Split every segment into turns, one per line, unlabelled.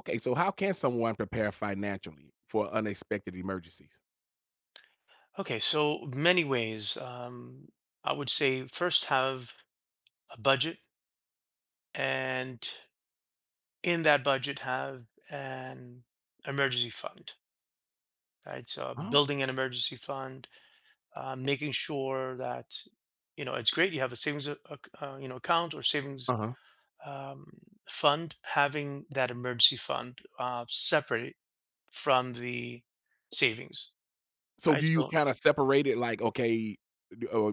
Okay, so how can someone prepare financially for unexpected emergencies?
Okay, so many ways. I would say first have a budget, and in that budget have an emergency fund, right? So
Oh,
building an emergency fund, making sure that you know it's great you have a savings you know account or savings
uh-huh.
um, fund. Having that emergency fund separate from the savings,
So
right?
do you
So
kinda separate it like, okay, d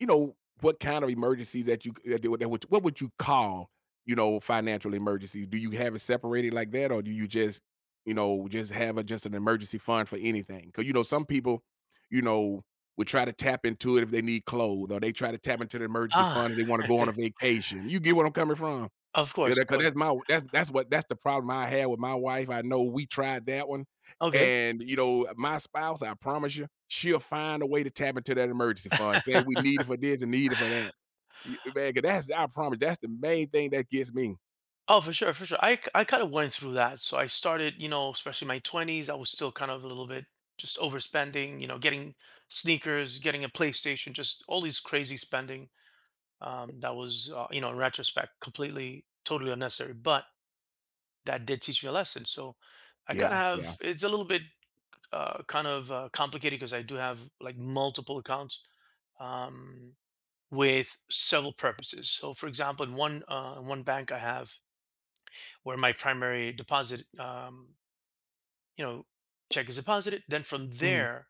what kind of emergencies that you c that would what would you call, financial emergency? Do you have it separated like that, or do you just, just have a just an emergency fund for anything? Because some people, you know, would try to tap into it if they need clothes, or they try to tap into the emergency
ah,
fund if they wanna go on a vacation. You get what I'm coming from?
of
Yeah,
course, of
because
course.
that's my that's what that's the problem I had with my wife. I know we tried that one,
Okay.
and you know my spouse. I promise you, she'll find a way to tap into that emergency fund, saying we need it for this and need it for that. Man, 'cause that's I promise that's the main thing that gets me.
Oh, for sure, for sure. I kind of went through that. So I started, you know, especially my 20s, I was still kind of a little bit just overspending, you know, getting sneakers, getting a PlayStation, just all these crazy spending. You know, in retrospect, completely, totally unnecessary. But that did teach me a lesson. So I kind of
Yeah, yeah.
have, it's a little bit complicated because I do have like multiple accounts um, with several purposes. So, for example, in one bank, I have where my primary deposit, you know, check is deposited. Then from
Mhm.
there,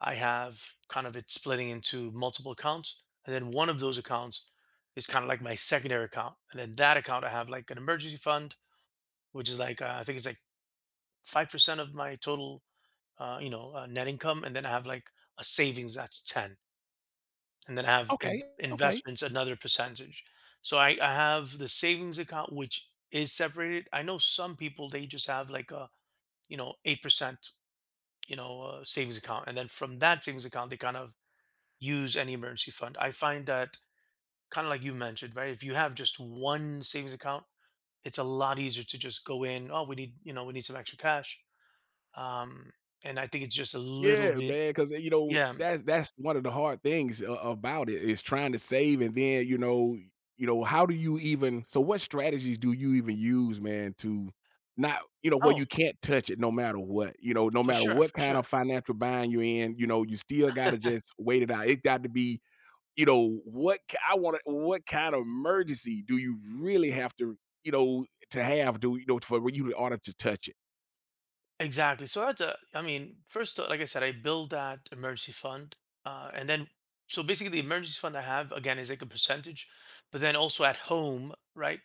I have kind of it splitting into multiple accounts, and then one of those accounts is kind of like my secondary account, and then that account I have like an emergency fund, which is like I think it's like 5% of my total, net income, and then I have like a savings that's ten, and then I have
Okay, okay.
investments another percentage. So I have the savings account, which is separated. I know some people they just have like a you know, 8%, you know, savings account. And then from that savings account, they kind of use any emergency fund. I find that kind of like you mentioned, right? If you have just one savings account, it's a lot easier to just go in, oh, we need, you know, we need some extra cash. Um, and I think it's just a little
Yeah,
bit,
man. Cause
yeah.
that's one of the hard things a about it is trying to save and then, how do you even so what strategies do you even use, man, to not, where
Oh,
you can't touch it no matter what, no
for
matter
sure,
what
for
kind
sure.
of financial bind you're in, you still gotta just wait it out. It got to be, what ki I wanna what kind of emergency do you really have to, you know, to have to, for you in order to touch it?
Exactly. So that's a, I mean, first, like I said, I build that emergency fund. And then, so basically, the emergency fund I have, again, is like a percentage. But then also at home, right?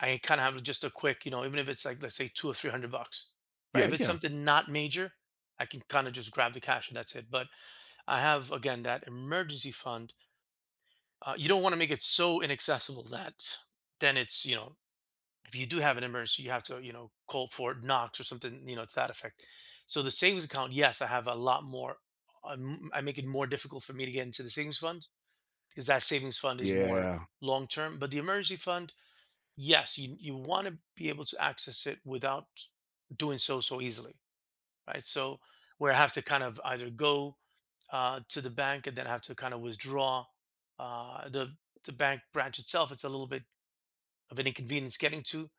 I kind of have just a quick, you know, even if it's like let's say two or three hundred bucks, right?
Yeah,
If it's
yeah.
something not major, I can kind of just grab the cash and that's it. But I have again that emergency fund. You don't want to make it so inaccessible that then it's you know if you do have an emergency, you have to you know call for Knox or something you know to that effect. So the savings account, yes, I have a lot more. I make it more difficult for me to get into the savings fund because that savings fund is more
Yeah.
long term. But the emergency fund, yes, you want to be able to access it without doing so so easily, right? So where I have to kind of either go to the bank and then I have to kind of withdraw uh, the the bank branch itself. It's a little bit of an inconvenience getting to,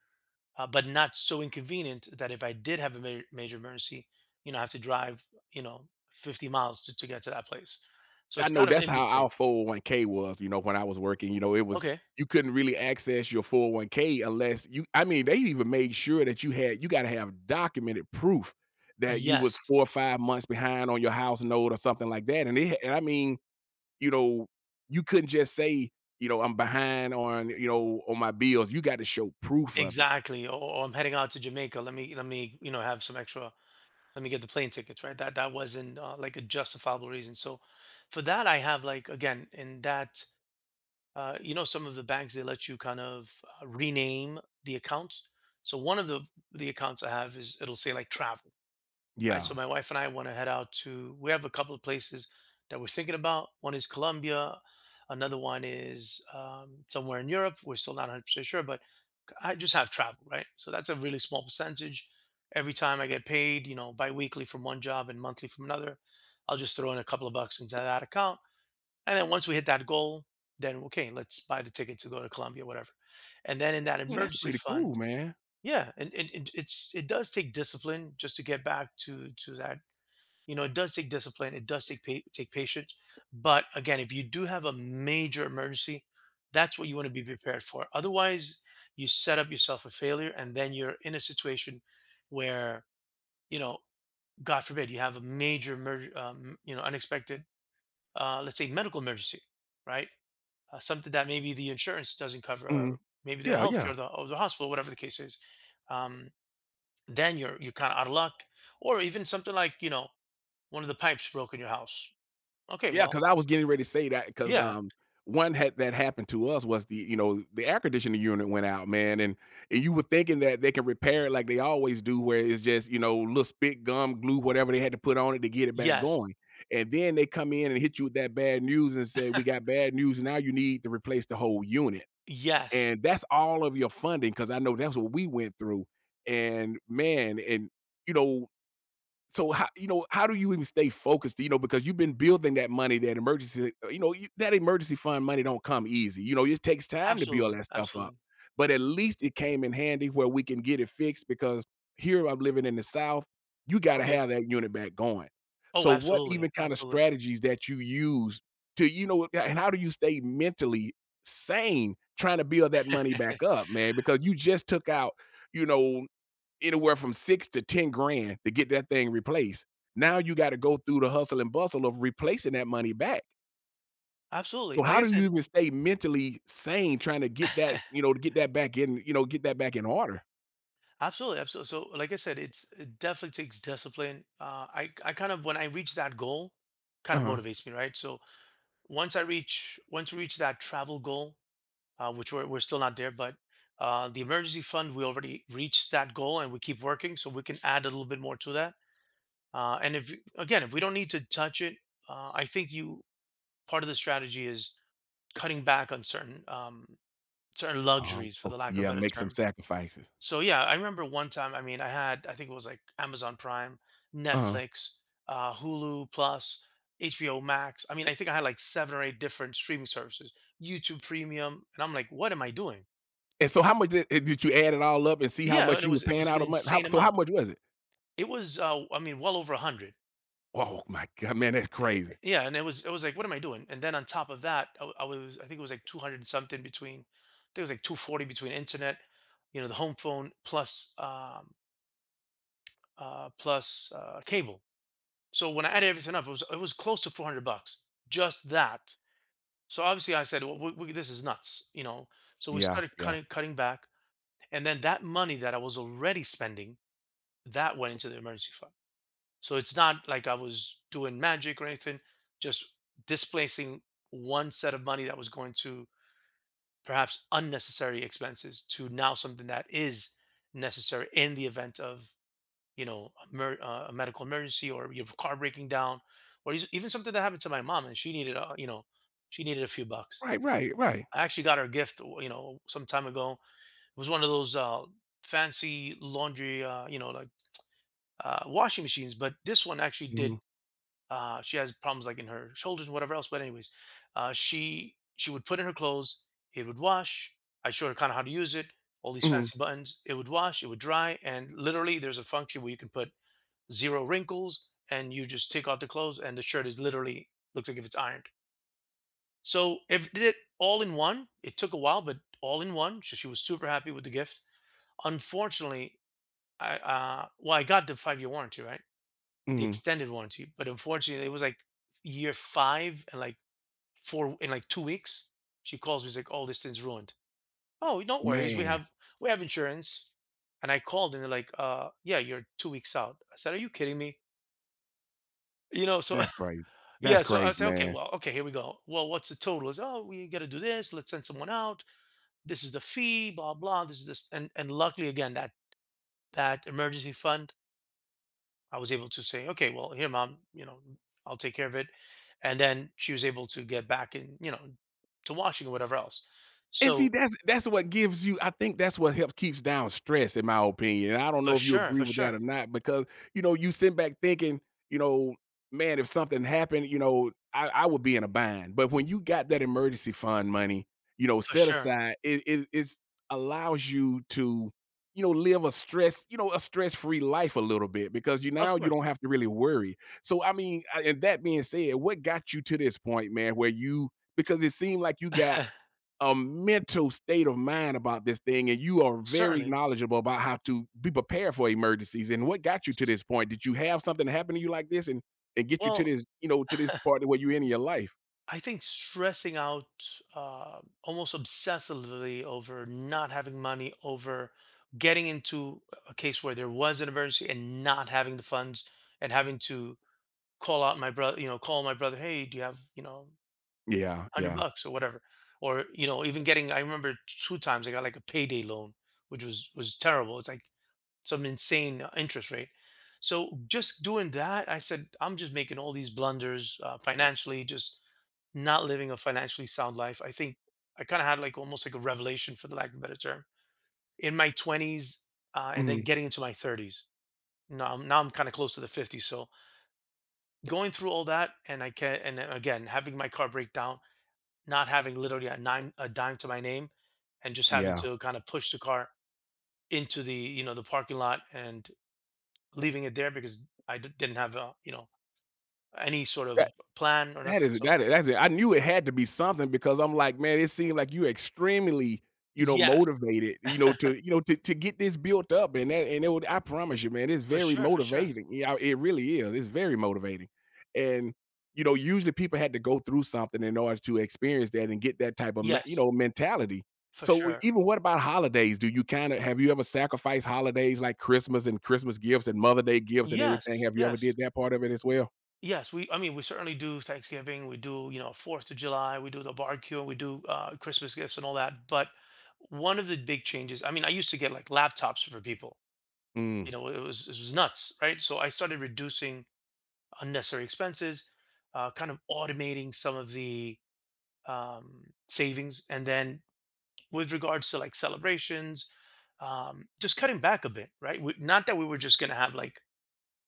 but not so inconvenient that if I did have a major emergency, you know, I have to drive you know 50 miles to get to that place. So
I
it's
know
kind of
that's
in
how
between.
our 401k was, when I was working, it was
Okay.
you couldn't really access your 401k unless you I mean, they even made sure that you had you gotta have documented proof that you was
Yes,
4 or 5 months behind on your house note or something like that, and I mean, you know, you couldn't just say, "I'm behind on, my bills." You got to show proof of it.
exactly. Or I'm heading out to Jamaica. Let me you know have some extra let me get the plane tickets, right? That that wasn't like a justifiable reason. So for that, I have like again in that you know some of the banks they let you kind of rename the accounts. So one of the accounts I have is it'll say like travel, right? So
Yeah.
my wife and I want to head out to. We have a couple of places that we're thinking about. One is Colombia, another one is somewhere in Europe. We're still not 100 percent sure, but I just have travel, right? So that's a really small percentage. Every time I get paid, you know, biweekly from one job and monthly from another, I'll just throw in a couple of bucks into that account. And then once we hit that goal, then okay, let's buy the ticket to go to Colombia, whatever. And then in that
Yeah, that's
emergency
pretty
fund,
cool, man.
yeah, and it's it does take discipline just to get back to that you know, it does take discipline. It does take take patience. But again, if you do have a major emergency, that's what you want to be prepared for. Otherwise, you set up yourself for failure, and then you're in a situation where you know, God forbid, you have a major, you know, unexpected, let's say, medical emergency, right? Something that maybe the insurance doesn't cover, or
Mhm.
maybe the
Yeah, yeah.
healthcare, or the hospital, whatever the case is. Um, then you're kind of out of luck, or even something like you know one of the pipes broke in your house. Okay,
Yeah,
well,
because I was getting ready to say that 'cause,
yeah,
one had that happened to us was the, the air conditioning unit went out, man, and you were thinking that they can repair it like they always do, where it's just, little spit, gum, glue, whatever they had to put on it to get it back
yes,
going, and then they come in and hit you with that bad news and say, "We got bad news, now you need to replace the whole unit,"
yes,
and that's all of your funding because I know that's what we went through, and man, and, you know so how do you even stay focused, you know, because you've been building that money, that emergency, that emergency fund money don't come easy, you know it takes time to build
absolutely,
that stuff up,
absolutely.
but at least it came in handy where we can get it fixed because here I'm living in the south, you got to
Okay.
have that unit back going.
Oh,
So what
absolutely,
even kind of
absolutely,
strategies that you use to, and how do you stay mentally sane trying to build that money back up, man, because you just took out, you know anywhere from 6 to 10 grand to get that thing replaced. Now you got to go through the hustle and bustle of replacing that money back.
absolutely.
So
Like
how
I
do you
said,
even stay mentally sane trying to get that, to get that back in, get that back in order?
absolutely, absolutely. So, like I said, it's it definitely takes discipline. I kind of when I reach that goal, kind of
Uh-huh.
motivates me, right? So once we reach that travel goal, which we're still not there, but the emergency fund we already reached that goal and we keep working, so we can add a little bit more to that. And if again, if we don't need to touch it, I think you part of the strategy is cutting back on certain certain
Uh-huh.
luxuries, for the
Okay.
lack of a
Yeah,
better
make some
term.
sacrifices.
So yeah, I remember one time. I mean, I had I think it was like Amazon Prime,
Uh-huh.
Netflix, Hulu Plus, HBO Max. I mean, I think I had like seven or eight different streaming services, YouTube Premium, and I'm like, what am I doing?
And so how much did, did you add it all up and see how
Yeah, and
much you was
it was
paying
like an
out a month?
insane
So how
amount.
much was it?
It was I mean, well over a hundred.
Oh my god, man, that's
Eh,
crazy.
yeah, and it was like, what am I doing? And then on top of that, I was I think it was like 200 something between, I think it was like 240 between internet, you know, the home phone plus cable. So when I added everything up, it was close to 400 bucks just that. So obviously I said, well, this is nuts, you know. So we
Yeah,
started
yeah.
cutting back, and then that money that I was already spending that went into the emergency fund. So it's not like I was doing magic or anything, just displacing one set of money that was going to perhaps unnecessary expenses to now something that is necessary in the event of, you know, a medical emergency or your car breaking down or even something that happened to my mom and she needed, you know, she needed a few bucks.
Right, right, right.
I actually got her a gift, you know, some time ago. It was one of those fancy laundry, washing machines, but this one actually did
Mhm,
she has problems like in her shoulders and whatever else. But anyways, she would put in her clothes, it would wash. I showed her kind of how to use it, all these
mhm,
fancy buttons. It would wash, it would dry, and literally there's a function where you can put zero wrinkles, and you just take off the clothes, and the shirt is literally looks like if it's ironed. So if did it all in one, it took a while, but all in one. So she was super happy with the gift. Unfortunately, I got the 5 year warranty, right? The
mhm.
extended warranty. But unfortunately, it was like year five and like four in like 2 weeks. She calls me, she's like, "Oh, this thing's ruined." Oh, don't worries.
Man,
We have insurance. And I called and they're like, yeah, you're 2 weeks out." I said, "Are you kidding me?" You know, so
that's crazy.
yeah,
That's
so I
crazy,
said, "Okay,
man.
well, okay, here we go. Well, what's the total?" Is oh, we got to do this. Let's send someone out. This is the fee. Blah blah. This is this, and luckily again that emergency fund I was able to say, okay, well, here, mom, you know, I'll take care of it. And then she was able to get back in, you know, to washing or whatever else.
And see,
So
that's what gives you, I think that's what helps keeps down stress, in my opinion. And I don't
for
know if you
sure,
agree
for
with that or
sure,
not, because, you sit back thinking, you know, man, if something happened, I would be in a bind. But when you got that emergency fund money,
for
set
sure.
aside, it's allows you to, live a stress, you know, a stress-free life a little bit because you,
Of
now you
course.
don't have to really worry. So I mean, and that being said, what got you to this point, man, where you, because it seemed like you got a mental state of mind about this thing, and you are very
Certainly.
knowledgeable about how to be prepared for emergencies. And what got you to this point? Did you have something happen to you like this and get you to
Well,
this, to this part where you're in your life?
I think stressing out almost obsessively over not having money, over getting into a case where there was an emergency and not having the funds and having to call out my brother, you know, call my brother, hey, do you have,
Yeah,
100
yeah.
bucks or whatever. Or, you know, even getting I remember 2 times I got like a payday loan, which was terrible. It's like some insane interest rate. So just doing that, I said, I'm just making all these blunders financially, just not living a financially sound life. I think I kind of had like almost like a revelation, for the lack of a better term, in my 20s and then
Mhm,
getting into my 30s. Now, now I'm kind of close to the 50s. So going through all that, and I can, and then again having my car break down, not having literally a dime to my name and just having
yeah.
to kind of push the car into the you know the parking lot and leaving it there because didn't have a you know any sort of plan or nothing. So
That's it. I knew it had to be something because I'm like, man, it seemed like you extremely,
yes,
motivated, to get this built up and that, and it would, I promise you, man, it's
for
very
sure, for sure.
motivating. Yeah, it really is. It's very motivating. And, usually people had to go through something in order to experience that and get that type of,
Yes,
mentality.
for
So
sure.
even what about holidays? Do you kind of have you ever sacrificed holidays like Christmas and Christmas gifts and Mother Day gifts and everything?
Yes,
Have you ever
yes,
did that part of it as well?
yes. We I mean we certainly do Thanksgiving. We do, you know, Fourth of July. We do the barbecue. We do Christmas gifts and all that. But one of the big changes. I mean, I used to get like laptops for people, you
Mm.
know, it was nuts, right? So I started reducing unnecessary expenses, kind of automating some of the savings, and then with regards to like celebrations, just cutting back a bit, right? We, not that we were just gonna have like,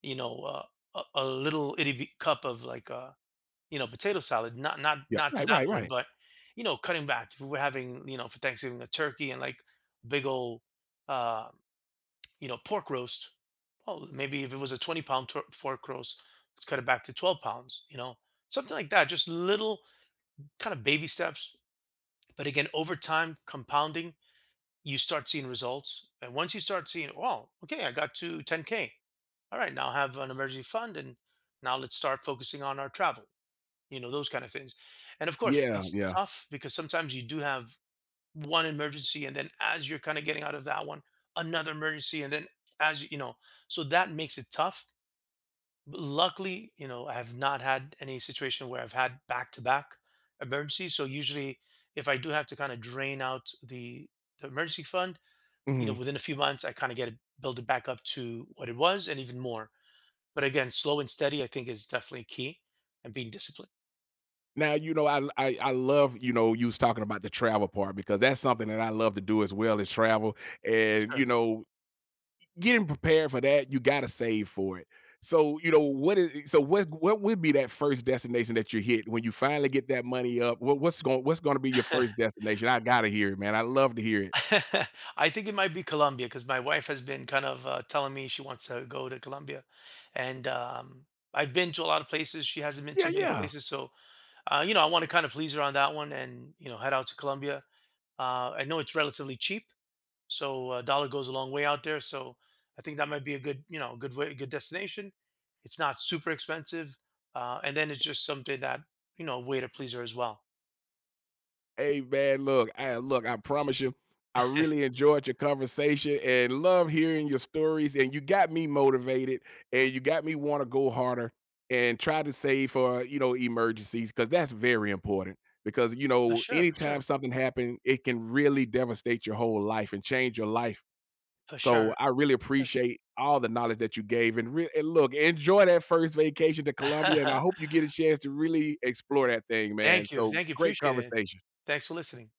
you know, a little itty bitty cup of like, you know, potato salad, not not
Yeah.
not to
Right,
that
right,
point,
right.
but you know, cutting back. If we were having, you know, for Thanksgiving a turkey and like big old uh, you know, pork roast, oh, maybe if it was a 20 pound fork roast, let's cut it back to 12 pounds, you know, something like that. Just little kind of baby steps. But again, over time, compounding, you start seeing results. And once you start seeing, oh, okay, I got to 10K. All right, now I have an emergency fund. And now let's start focusing on our travel, you know, those kind of things. And of course,
Yeah,
it's
yeah.
tough because sometimes you do have one emergency. And then as you're kind of getting out of that one, another emergency. And then as you, you know, so that makes it tough. But luckily, you know, I have not had any situation where I've had back to back emergencies. So usually, if I do have to kind of drain out the emergency fund, you know,
Mhm.
within a few months, I kind of get it, build it back up to what it was and even more. But again, slow and steady, I think, is definitely key and being disciplined
Now, I love, you was talking about the travel part because that's something that I love to do as well as travel,
for
and,
sure.
getting prepared for that, you gotta save for it. So, what is so what would be that first destination that you hit when you finally get that money up? What's going what's gonna be your first destination? I gotta hear it, man. I love to hear it.
I think it might be Colombia because my wife has been kind of telling me she wants to go to Colombia, and I've been to a lot of places. She hasn't been
Yeah,
to many
yeah.
places, so you know, I want to kind of please her on that one and, you know, head out to Colombia. I know it's relatively cheap, so a dollar goes a long way out there. So I think that might be a good, you know, good way, good destination. It's not super expensive. And then it's just something that, you know, a way to please her as well.
Hey man, look, I promise you, I really enjoyed your conversation and love hearing your stories. And you got me motivated and you got me want to go harder and try to save for, emergencies, because that's very important. Because,
For sure, for sure,
anytime something happens, it can really devastate your whole life and change your life.
for
So
sure.
I really appreciate all the knowledge that you gave, and look, enjoy that first vacation to Colombia. And I hope you get a chance to really explore that thing, man.
Thank you.
So
Thank you.
great
Appreciate it.
conversation.
Thanks for listening.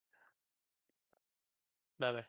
Bye bye.